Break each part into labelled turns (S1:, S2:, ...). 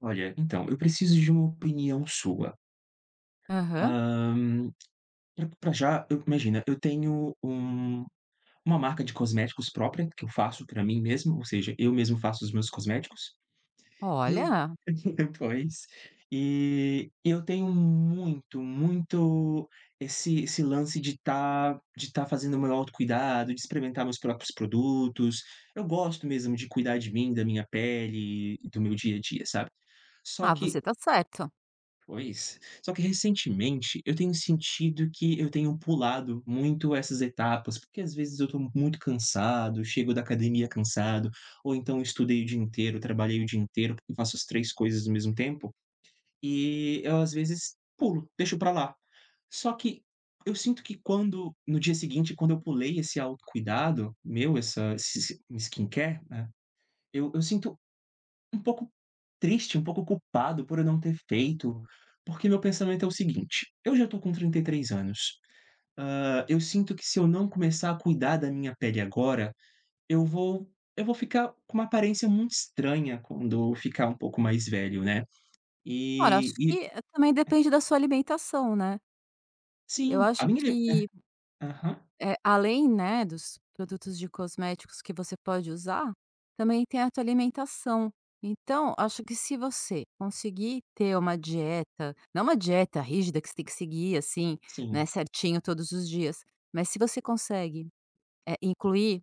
S1: Olha, então, eu preciso de uma opinião sua.
S2: Aham.
S1: Hã, pra já, eu imagina, eu tenho um uma marca de cosméticos própria, que eu faço pra mim mesmo, ou seja, eu mesmo faço os meus cosméticos, e eu
S2: Olha,
S1: pois, e eu tenho muito, muito esse lance de estar fazendo o meu autocuidado, de experimentar meus próprios produtos. Eu gosto mesmo de cuidar de mim, da minha pele do meu dia a dia, sabe. Só que
S2: você tá certo.
S1: Pois. Só que recentemente eu tenho sentido que eu tenho pulado muito essas etapas, porque às vezes eu tô muito cansado, chego da academia cansado, ou então estudei o dia inteiro, trabalhei o dia inteiro, porque faço as 3 coisas ao mesmo tempo, e eu às vezes pulo, deixo pra lá. Só que eu sinto que quando no dia seguinte, quando eu pulei esse autocuidado meu, essa esse esse skincare, né, eu sinto um pouco triste, um pouco culpado por eu não ter feito, porque meu pensamento é o seguinte: eu já estou com 33 anos. Eu sinto que se eu não começar a cuidar da minha pele agora, eu vou eu vou ficar com uma aparência muito estranha quando eu ficar um pouco mais velho, né.
S2: Olha, acho
S1: E
S2: que, também depende da sua alimentação, né. Eu
S1: sim, a
S2: acho
S1: minha li
S2: que,
S1: aham,
S2: além, né, dos produtos de cosméticos que você pode usar, também tem a tua alimentação. Então, acho que se você conseguir ter uma dieta não uma dieta rígida que você tem que seguir, assim,
S1: sim.
S2: né, certinho todos os dias, mas se você consegue, incluir.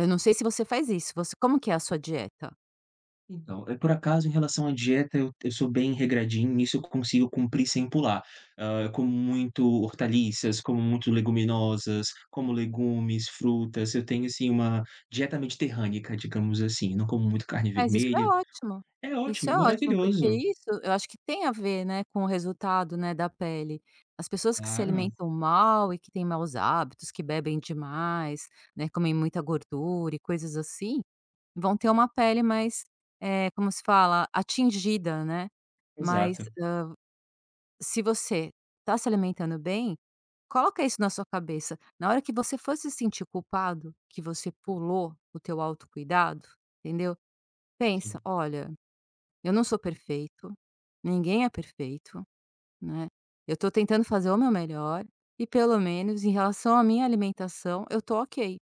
S2: Eu não sei se você faz isso, você como que é a sua dieta?
S1: Então, é por acaso, em relação à dieta, eu sou bem regradinho, nisso eu consigo cumprir sem pular. Eu como muito hortaliças, como muito leguminosas, como legumes, frutas, eu tenho, assim, uma dieta mediterrânica, digamos assim, não como muito carne
S2: Mas isso é
S1: vermelha.
S2: ótimo.
S1: É
S2: Isso
S1: ótimo, é
S2: é ótimo, porque
S1: maravilhoso.
S2: isso eu acho que tem a ver, né, com o resultado, né, da pele. As pessoas que se
S1: Claro,
S2: alimentam mal e que têm maus hábitos, que bebem demais, né, comem muita gordura e coisas assim, vão ter uma pele mais, como se fala? Atingida, né. Mas,
S1: exato,
S2: se você está se alimentando bem. Coloca isso na sua cabeça. Na hora que você for se sentir culpado, que você pulou o teu autocuidado, entendeu? Pensa,
S1: sim.
S2: olha, eu não sou perfeito, ninguém é perfeito, né? Eu tô tentando fazer o meu melhor e pelo menos em relação à minha alimentação, eu tô ok.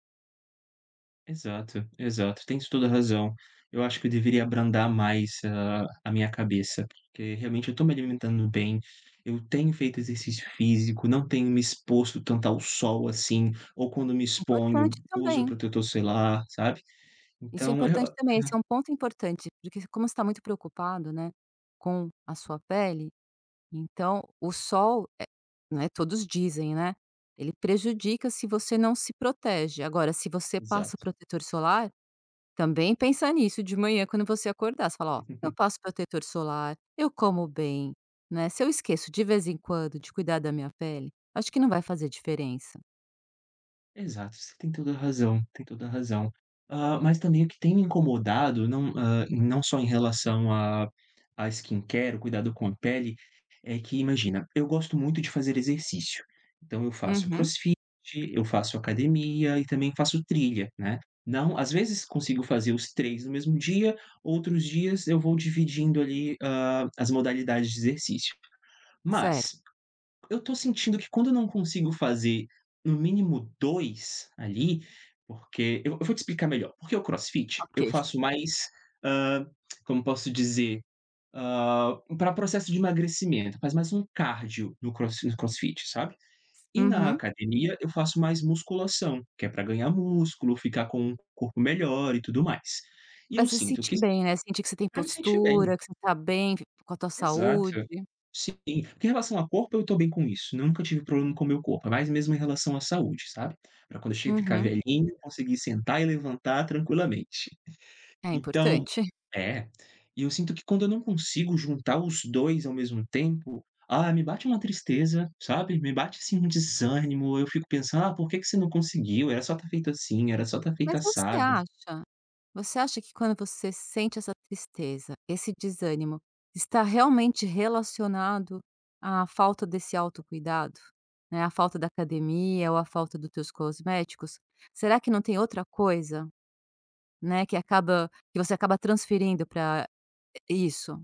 S1: Exato, exato, tens toda a razão. Eu acho que eu deveria abrandar mais a minha cabeça, porque realmente eu estou me alimentando bem, eu tenho feito exercício físico, não tenho me exposto tanto ao sol assim, ou quando me exponho,
S2: Importante
S1: uso
S2: também.
S1: protetor solar, sabe.
S2: Isso é
S1: Então
S2: importante
S1: eu
S2: também, esse é um ponto importante, porque como você está muito preocupado, né, com a sua pele. Então, o sol, né, todos dizem, né, ele prejudica se você não se protege. Agora, se você passa
S1: exato.
S2: protetor solar, também pensa nisso de manhã quando você acordar. Você fala: "Ó, eu passo protetor solar, eu como bem, né, se eu esqueço de vez em quando de cuidar da minha pele, acho que não vai fazer diferença".
S1: Exato, você tem toda a razão, tem toda a razão. Ah, mas também o que tem me incomodado não, ah, não só em relação a à skincare, o cuidado com a pele, é que imagina, eu gosto muito de fazer exercício, então eu faço
S2: Uhum.
S1: crossfit, eu faço academia e também faço trilha, né. Não às vezes consigo fazer os 3 no mesmo dia, outros dias eu vou dividindo ali, as modalidades de exercício.
S2: Certo,
S1: Mas eu tô sentindo que quando eu não consigo fazer no mínimo 2 ali, porque eu vou te explicar melhor, porque o CrossFit eu
S2: ok.
S1: faço mais, hã, como posso dizer, para pra processo de emagrecimento, faz mais um cardio no CrossFit, sabe. E na
S2: Uhum.
S1: academia eu faço mais musculação, que é para ganhar músculo, ficar com um corpo melhor e tudo mais. E
S2: Pra
S1: eu
S2: se
S1: sinto
S2: sentir
S1: que
S2: bem, né, sentir que você tem
S1: pra me sentir bem.
S2: postura, que você tá bem com a tua saúde.
S1: Exato. Sim, porque em relação a corpo eu estou bem com isso, nunca tive problema com o meu corpo, mas mesmo em relação à saúde, sabe. Para quando eu chegar ficar
S2: Uhum.
S1: velhinho, conseguir sentar e levantar tranquilamente.
S2: É
S1: Então
S2: importante.
S1: é, e eu sinto que quando eu não consigo juntar os 2 ao mesmo tempo, me bate uma tristeza, sabe, me bate, assim, um desânimo, eu fico pensando: "Ah, por que que você não conseguiu? Era só estar feito assim, era só estar feito
S2: Mas você
S1: assado".
S2: acha Você acha que quando você sente essa tristeza, esse desânimo, está realmente relacionado à falta desse autocuidado? Né, a falta da academia ou a falta dos teus cosméticos? Será que não tem outra coisa, né, que acaba que você acaba transferindo para isso?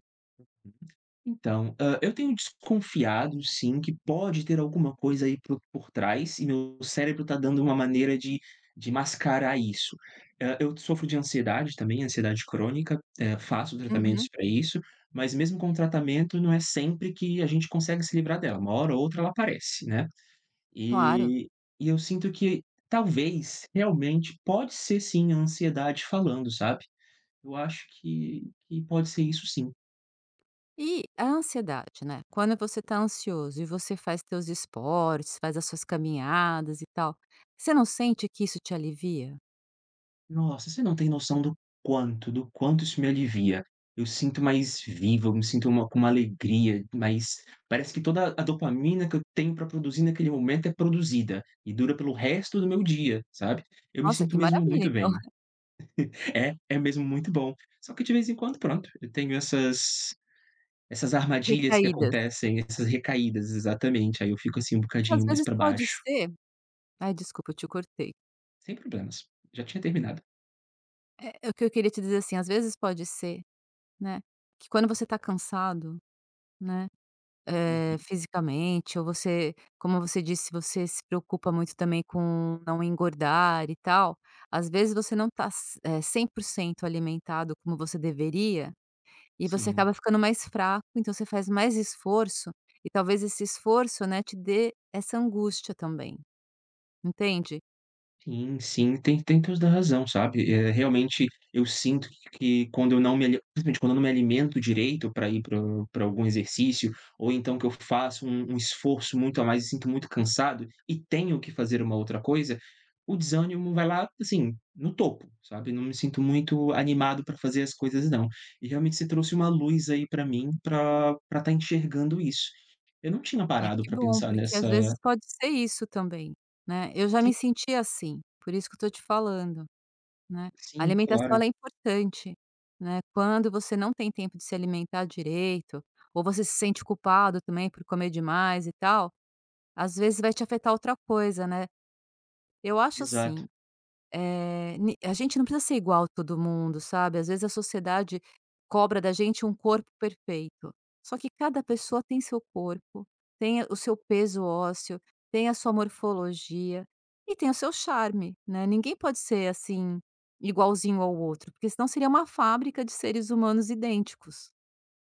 S1: Então, eu tenho desconfiado sim que pode ter alguma coisa aí por trás e meu cérebro está dando uma maneira de mascarar isso. Eu sofro de ansiedade também, ansiedade crônica, faço tratamentos
S2: Uhum,
S1: para isso, mas mesmo com o tratamento não é sempre que a gente consegue se livrar dela, uma hora ou outra ela aparece, né.
S2: claro.
S1: E e eu sinto que talvez, realmente, pode ser sim a ansiedade falando, sabe. Eu acho que pode ser isso sim.
S2: E a ansiedade, né? Quando você está ansioso e você faz teus esportes, faz as suas caminhadas e tal, você não sente que isso te alivia?
S1: Nossa, você não tem noção do quanto isso me alivia. Eu sinto mais vivo, eu me sinto uma com uma alegria, mas parece que toda a dopamina que eu tenho para produzir naquele momento é produzida e dura pelo resto do meu dia, sabe. Eu me
S2: Nossa,
S1: sinto
S2: que
S1: mesmo
S2: maravilha,
S1: muito
S2: então,
S1: bem. É, é mesmo muito bom. Só que de vez em quando, pronto, eu tenho essas armadilhas que
S2: recaídas.
S1: acontecem, essas recaídas, exatamente, aí eu fico, assim, um
S2: Que às
S1: bocadinho mais
S2: vezes
S1: para
S2: pode
S1: baixo.
S2: ser, ai, desculpa, eu te cortei.
S1: Sem problemas, já tinha terminado.
S2: É, é o que eu queria te dizer, assim, às vezes pode ser, né, que quando você tá cansado, né,
S1: Uhum,
S2: fisicamente, ou você, como você disse, você se preocupa muito também com não engordar e tal, às vezes você não tá 100% alimentado como você deveria, e você
S1: sim.
S2: acaba ficando mais fraco, então você faz mais esforço, e talvez esse esforço, né, te dê essa angústia também, entende?
S1: Sim, sim, tem toda a razão, sabe. Realmente eu sinto que quando eu não me ali principalmente quando eu não me alimento direito para ir para o algum exercício, ou então que eu faço um esforço muito a mais e sinto muito cansado e tenho que fazer uma outra coisa, o desânimo vai lá, assim, no topo, sabe. Não me sinto muito animado para fazer as coisas não. E realmente você trouxe uma luz aí para mim para estar enxergando isso. Eu não tinha
S2: Ai,
S1: parado
S2: que
S1: para
S2: bom,
S1: pensar
S2: porque
S1: nessa
S2: às vezes pode ser isso também, né. Eu já
S1: sim,
S2: me senti assim, por isso que eu tô te falando, né. A
S1: sim,
S2: alimentação
S1: claro.
S2: ela é importante, né. Quando você não tem tempo de se alimentar direito, ou você se sente culpado também por comer demais e tal, às vezes vai te afetar outra coisa, né. Eu acho
S1: Exato.
S2: assim, eh, ni a gente não precisa ser igual a todo mundo, sabe. Às vezes a sociedade cobra da gente um corpo perfeito, só que cada pessoa tem seu corpo, tem o seu peso ósseo, tem a sua morfologia e tem o seu charme, né. Ninguém pode ser, assim, igualzinho ao outro, porque senão seria uma fábrica de seres humanos idênticos.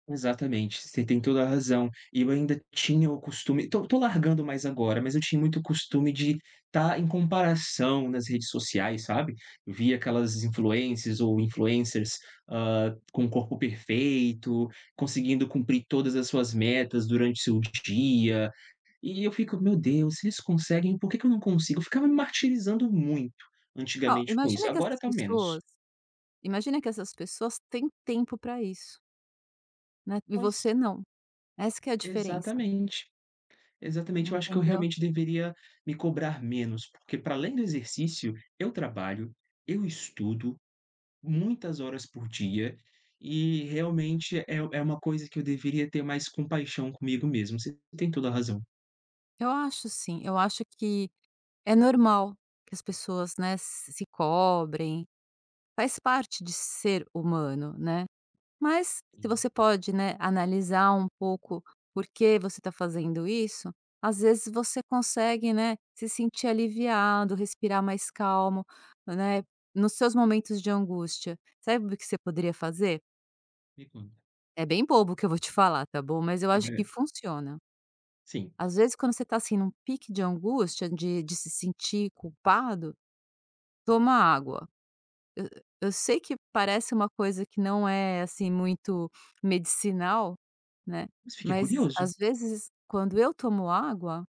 S1: Exatamente, você tem toda a razão. E eu ainda tinha o costume tô tô largando mais agora, mas eu tinha muito costume de estar em comparação nas redes sociais, sabe. Eu via aquelas influencers ou influencers, com o corpo perfeito, conseguindo cumprir todas as suas metas durante seu dia, e eu fico: "Meu Deus, se eles conseguem, por que que eu não consigo?". Eu ficava me martirizando muito
S2: Ó,
S1: antigamente com isso, agora tá menos.
S2: imagina que essas pessoas têm tempo para isso, né, e
S1: Pois,
S2: você não. Essa que é a diferença,
S1: exatamente. Exatamente, eu acho que eu
S2: entendeu?
S1: realmente deveria me cobrar menos, porque para além do exercício, eu trabalho, eu estudo muitas horas por dia e realmente é uma coisa que eu deveria ter mais compaixão comigo mesmo. Você tem toda a razão.
S2: Eu acho sim, eu acho que é normal que as pessoas, né, se cobrem, faz parte de ser humano, né. Mas se
S1: Sim,
S2: você pode, né, analisar um pouco por que você está fazendo isso, às vezes você consegue, né, se sentir aliviado, respirar mais calmo, né, nos seus momentos de angústia. Sabe o que você poderia fazer?
S1: me conta.
S2: É bem bobo o que eu vou te falar, tá bom, mas eu acho que funciona.
S1: Sim,
S2: Às vezes, quando você está assim num pique de angústia, de se sentir culpado, toma água. Eu eu sei que parece uma coisa que não é assim muito medicinal, né,
S1: mas fiquei
S2: mas
S1: curioso.
S2: às vezes quando eu tomo água,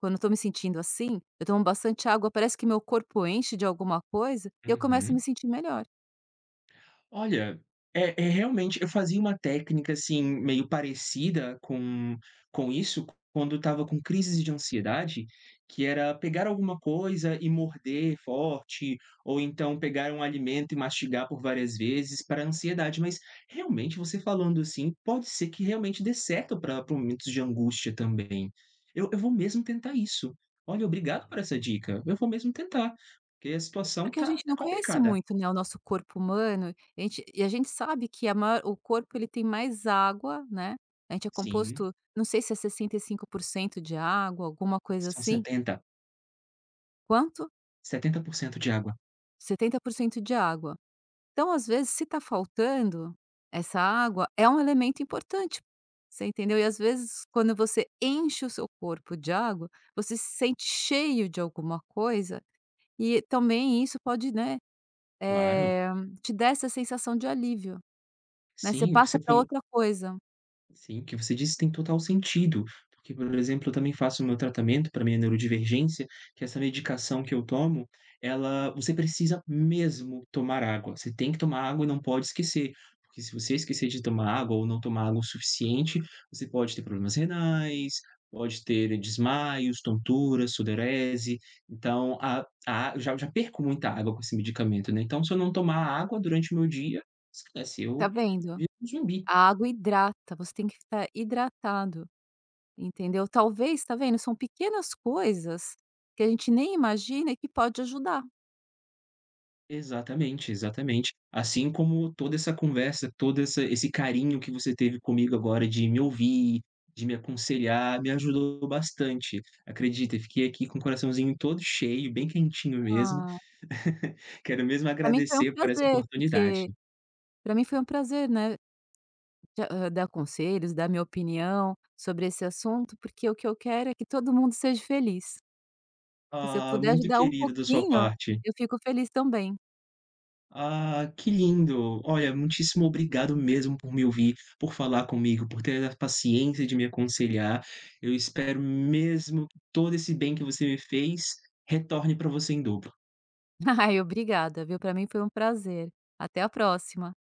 S2: quando eu estou me sentindo assim, eu tomo bastante água, parece que meu corpo enche de alguma coisa e eu começo a me
S1: Uhum.
S2: sentir melhor.
S1: Olha, é realmente eu fazia uma técnica, assim, meio parecida com isso quando eu estava com crises de ansiedade, que era pegar alguma coisa e morder forte, ou então pegar um alimento e mastigar por várias vezes para a ansiedade, mas realmente você falando assim, pode ser que realmente dê certo para momentos de angústia também. Eu vou mesmo tentar isso. Olha, obrigado por essa dica. Eu vou mesmo tentar, porque a situação
S2: Porque a gente
S1: tá
S2: não conhece
S1: complicada.
S2: muito, né, o nosso corpo humano, a gente sabe que a maior o corpo ele tem mais água, né, a gente é
S1: Sim,
S2: composto, não sei se é 65% de água, alguma coisa
S1: são
S2: assim.
S1: 70.
S2: Quanto?
S1: 70% de água.
S2: 70% de água. Então, às vezes, se está faltando essa água, é um elemento importante, você entendeu? E às vezes, quando você enche o seu corpo de água, você se sente cheio de alguma coisa e também isso pode, né,
S1: Claro,
S2: eh, te dar essa sensação de alívio. Né, você
S1: sim,
S2: passa
S1: você
S2: para
S1: falou.
S2: outra coisa,
S1: Sim, o que você disse tem total sentido, porque, por exemplo, eu também faço o meu tratamento para minha neurodivergência, que essa medicação que eu tomo, ela você precisa mesmo tomar água, você tem que tomar água e não pode esquecer, porque se você esquecer de tomar água ou não tomar água o suficiente, você pode ter problemas renais, pode ter desmaios, tonturas, sudorese, então a eu já perco muita água com esse medicamento, né, então se eu não tomar água durante o meu dia, esquece,
S2: tá
S1: eu
S2: vendo?
S1: viro um zumbi.
S2: A água hidrata, você tem que estar hidratado, entendeu? Talvez, tá vendo, são pequenas coisas que a gente nem imagina e que pode ajudar.
S1: Exatamente, exatamente. Assim como toda essa conversa, todo essa esse carinho que você teve comigo agora de me ouvir, de me aconselhar, me ajudou bastante. Acredita, fiquei aqui com o coraçãozinho todo cheio, bem quentinho mesmo.
S2: Ah,
S1: Quero mesmo
S2: pra mim foi um
S1: agradecer por essa
S2: prazer,
S1: oportunidade.
S2: porque para mim foi um prazer, né, de dar conselhos, dar minha opinião sobre esse assunto, porque o que eu quero é que todo mundo seja feliz. E se eu
S1: Ah,
S2: puder
S1: muito
S2: ajudar um
S1: querido da sua
S2: pouquinho,
S1: parte.
S2: eu fico feliz também.
S1: Ah, que lindo! Olha, muitíssimo obrigado mesmo por me ouvir, por falar comigo, por ter a paciência de me aconselhar. Eu espero mesmo que todo esse bem que você me fez retorne para você em dobro.
S2: Ai, obrigada, viu? Para mim foi um prazer. Até a próxima.